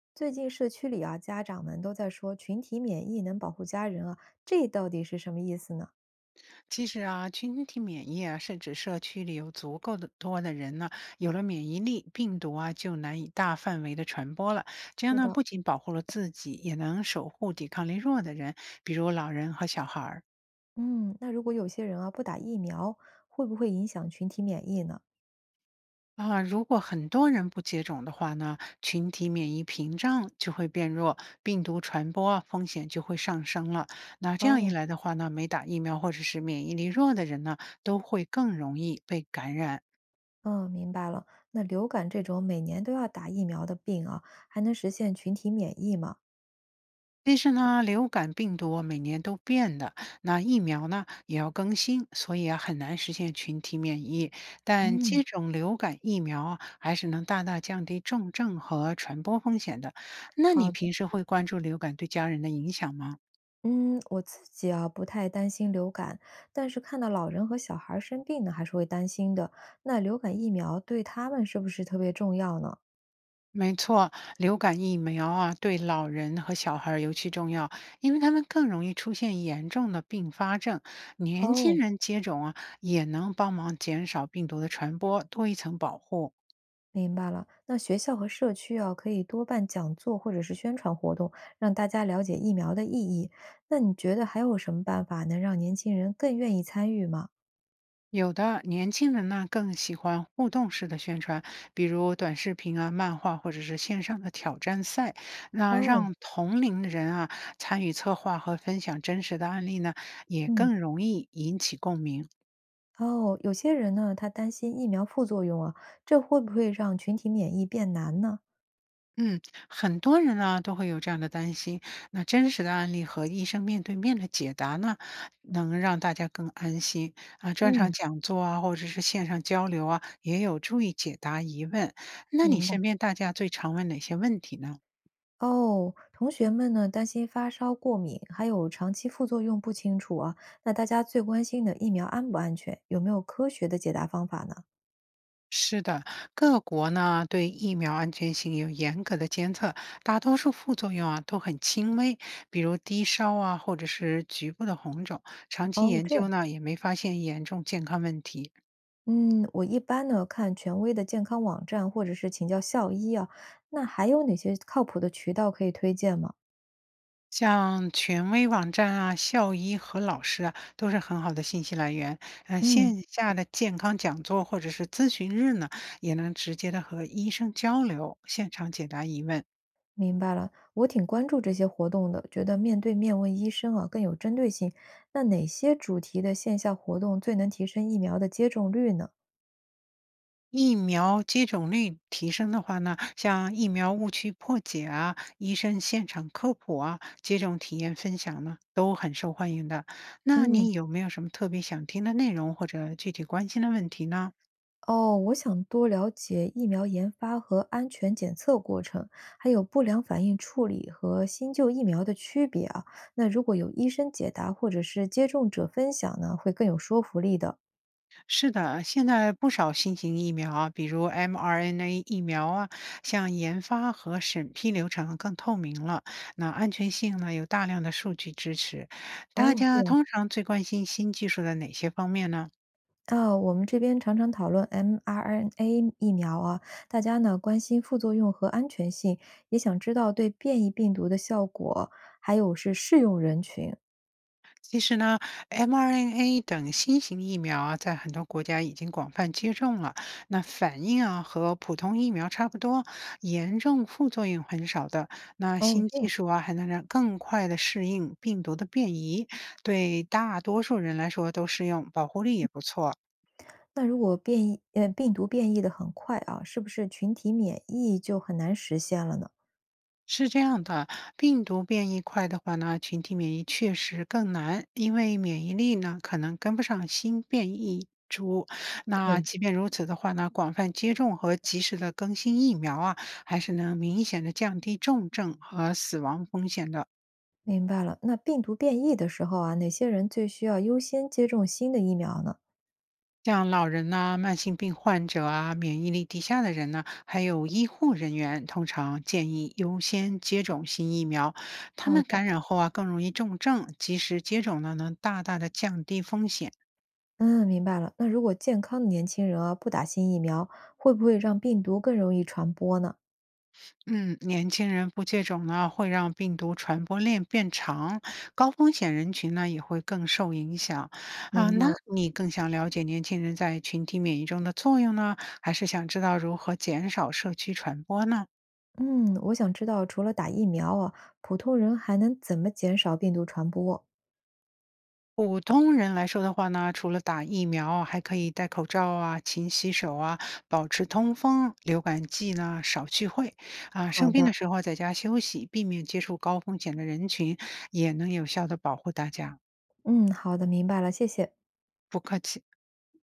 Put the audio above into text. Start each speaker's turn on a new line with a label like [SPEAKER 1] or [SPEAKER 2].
[SPEAKER 1] 最近社区里啊，家长们都在说群体免疫能保护家人啊，这到底是什么意思呢？
[SPEAKER 2] 其实啊，群体免疫啊，是指社区里有足够的多的人呢，有了免疫力，病毒啊就难以大范围的传播了。这样
[SPEAKER 1] 是
[SPEAKER 2] 呢，
[SPEAKER 1] 的。
[SPEAKER 2] 不仅保护了自己，也能守护抵抗力弱的人，比如老人和小孩儿。
[SPEAKER 1] 嗯，那如果有些人啊不打疫苗，会不会影响群体免疫呢？
[SPEAKER 2] 啊，如果很多人不接种的话呢，群体免疫屏障就会变弱，病毒传播啊风险就会上升了。那这样一
[SPEAKER 1] 哦。
[SPEAKER 2] 来的话呢，没打疫苗或者是免疫力弱的人呢，都会更容易被感染。
[SPEAKER 1] 嗯，明白了。那流感这种每年都要打疫苗的病啊，还能实现群体免疫吗？
[SPEAKER 2] 但是呢，流感病毒每年都变的，那疫苗呢也要更新，所以啊很难实现群体免疫。但
[SPEAKER 1] 嗯，
[SPEAKER 2] 接种流感疫苗啊，还是能大大降低重症和传播风险的。那你
[SPEAKER 1] 好的。
[SPEAKER 2] 平时会关注流感对家人的影响吗？
[SPEAKER 1] 嗯，我自己啊不太担心流感，但是看到老人和小孩儿生病呢，还是会担心的。那流感疫苗对他们是不是特别重要呢？
[SPEAKER 2] 没错，流感疫苗啊对老人和小孩儿尤其重要，因为他们更容易出现严重的并发症。年轻
[SPEAKER 1] 哦。
[SPEAKER 2] 人接种啊，也能帮忙减少病毒的传播，多一层保护。
[SPEAKER 1] 明白了，那学校和社区啊，可以多办讲座或者是宣传活动，让大家了解疫苗的意义。那你觉得还有什么办法能让年轻人更愿意参与吗？
[SPEAKER 2] 有的年轻人呢更喜欢互动式的宣传，比如短视频啊、漫画或者是线上的挑战赛，那
[SPEAKER 1] 哦。
[SPEAKER 2] 让同龄的人啊参与策划和分享真实的案例呢，也
[SPEAKER 1] 嗯。
[SPEAKER 2] 更容易引起共鸣。
[SPEAKER 1] 哦，有些人呢，他担心疫苗副作用啊，这会不会让群体免疫变难呢？
[SPEAKER 2] 嗯，很多人呢都会有这样的担心。那真实的案例和医生面对面的解答呢，能让大家更安心啊。专场
[SPEAKER 1] 嗯，
[SPEAKER 2] 讲座啊，或者是线上交流啊，也有助于解答疑问。那你
[SPEAKER 1] 明白。
[SPEAKER 2] 身边大家最常问哪些问题呢？
[SPEAKER 1] 哦，同学们呢，担心发烧、过敏，还有长期副作用不清楚啊。那大家最关心的疫苗安不安全，有没有科学的解答方法呢？
[SPEAKER 2] 是的，各国呢对疫苗安全性有严格的监测，大多数副作用啊都很轻微，比如低烧啊，或者是局部的红肿。长期
[SPEAKER 1] 哦，
[SPEAKER 2] 研
[SPEAKER 1] 这
[SPEAKER 2] 究
[SPEAKER 1] 样。
[SPEAKER 2] 呢也没发现严重健康问题。
[SPEAKER 1] 嗯，我一般呢看权威的健康网站，或者是请教校医啊。那还有哪些靠谱的渠道可以推荐吗？
[SPEAKER 2] 像权威网站啊、校医和老师啊，都是很好的信息来源。嗯、
[SPEAKER 1] 嗯，
[SPEAKER 2] 线下的健康讲座或者是咨询日呢，也能直接的和医生交流，现场解答疑问。
[SPEAKER 1] 明白了，我挺关注这些活动的，觉得面对面问医生啊更有针对性。那哪些主题的线下活动最能提升疫苗的接种率呢？
[SPEAKER 2] 疫苗接种率提升的话呢，像疫苗误区破解啊、医生现场科普啊、接种体验分享呢，都很受欢迎的。那
[SPEAKER 1] 嗯。
[SPEAKER 2] 你有没有什么特别想听的内容或者具体关心的问题呢？
[SPEAKER 1] 哦，我想多了解疫苗研发和安全检测过程，还有不良反应处理和新旧疫苗的区别啊。那如果有医生解答或者是接种者分享呢，会更有说服力的。
[SPEAKER 2] 是的，现在不少新型疫苗啊比如 mRNA 疫苗啊，像研发和审批流程更透明了，那安全性呢有大量的数据支持。大
[SPEAKER 1] 哦，这
[SPEAKER 2] 家
[SPEAKER 1] 样
[SPEAKER 2] 通常最关心新技术的哪些方面呢？
[SPEAKER 1] 啊，我们这边常常讨论 mRNA 疫苗啊，大家呢关心副作用和安全性，也想知道对变异病毒的效果，还有是适用人群。
[SPEAKER 2] 其实呢，mRNA 等新型疫苗啊，在很多国家已经广泛接种了，那反应啊和普通疫苗差不多，严重副作用很少的。那
[SPEAKER 1] 哦，
[SPEAKER 2] 新
[SPEAKER 1] 这
[SPEAKER 2] 技
[SPEAKER 1] 样。
[SPEAKER 2] 术啊，还能让更快的适应病毒的变异，对大多数人来说都适用，保护力也不错。
[SPEAKER 1] 那如果变异病毒变异的很快啊，是不是群体免疫就很难实现了呢？
[SPEAKER 2] 是这样的，病毒变异快的话呢，群体免疫确实更难，因为免疫力呢可能跟不上新变异株。那
[SPEAKER 1] 对，
[SPEAKER 2] 即便如此的话呢，广泛接种和及时的更新疫苗啊，还是能明显的降低重症和死亡风险的。
[SPEAKER 1] 明白了，那病毒变异的时候啊，哪些人最需要优先接种新的疫苗呢？
[SPEAKER 2] 像老人呐、慢性病患者啊、免疫力低下的人呢、还有医护人员，通常建议优先接种新疫苗。他
[SPEAKER 1] 好
[SPEAKER 2] 们
[SPEAKER 1] 的，
[SPEAKER 2] 感染后啊，更容易重症，及时接种呢，能大大的降低风险。
[SPEAKER 1] 嗯，明白了。那如果健康的年轻人啊，不打新疫苗，会不会让病毒更容易传播呢？
[SPEAKER 2] 嗯，年轻人不接种呢，会让病毒传播链变长，高风险人群呢也会更受影响。啊，
[SPEAKER 1] 明
[SPEAKER 2] 那
[SPEAKER 1] 白了。
[SPEAKER 2] 你更想了解年轻人在群体免疫中的作用呢，还是想知道如何减少社区传播呢？
[SPEAKER 1] 嗯，我想知道除了打疫苗啊，普通人还能怎么减少病毒传播？
[SPEAKER 2] 普通人来说的话呢，除了打疫苗，还可以戴口罩啊、勤洗手啊、保持通风。流感季呢，少聚会啊，
[SPEAKER 1] 好
[SPEAKER 2] 生病
[SPEAKER 1] 的，
[SPEAKER 2] 的时候在家休息，避免接触高风险的人群，也能有效的保护大家。
[SPEAKER 1] 嗯，好的，明白了，谢谢。
[SPEAKER 2] 不客气。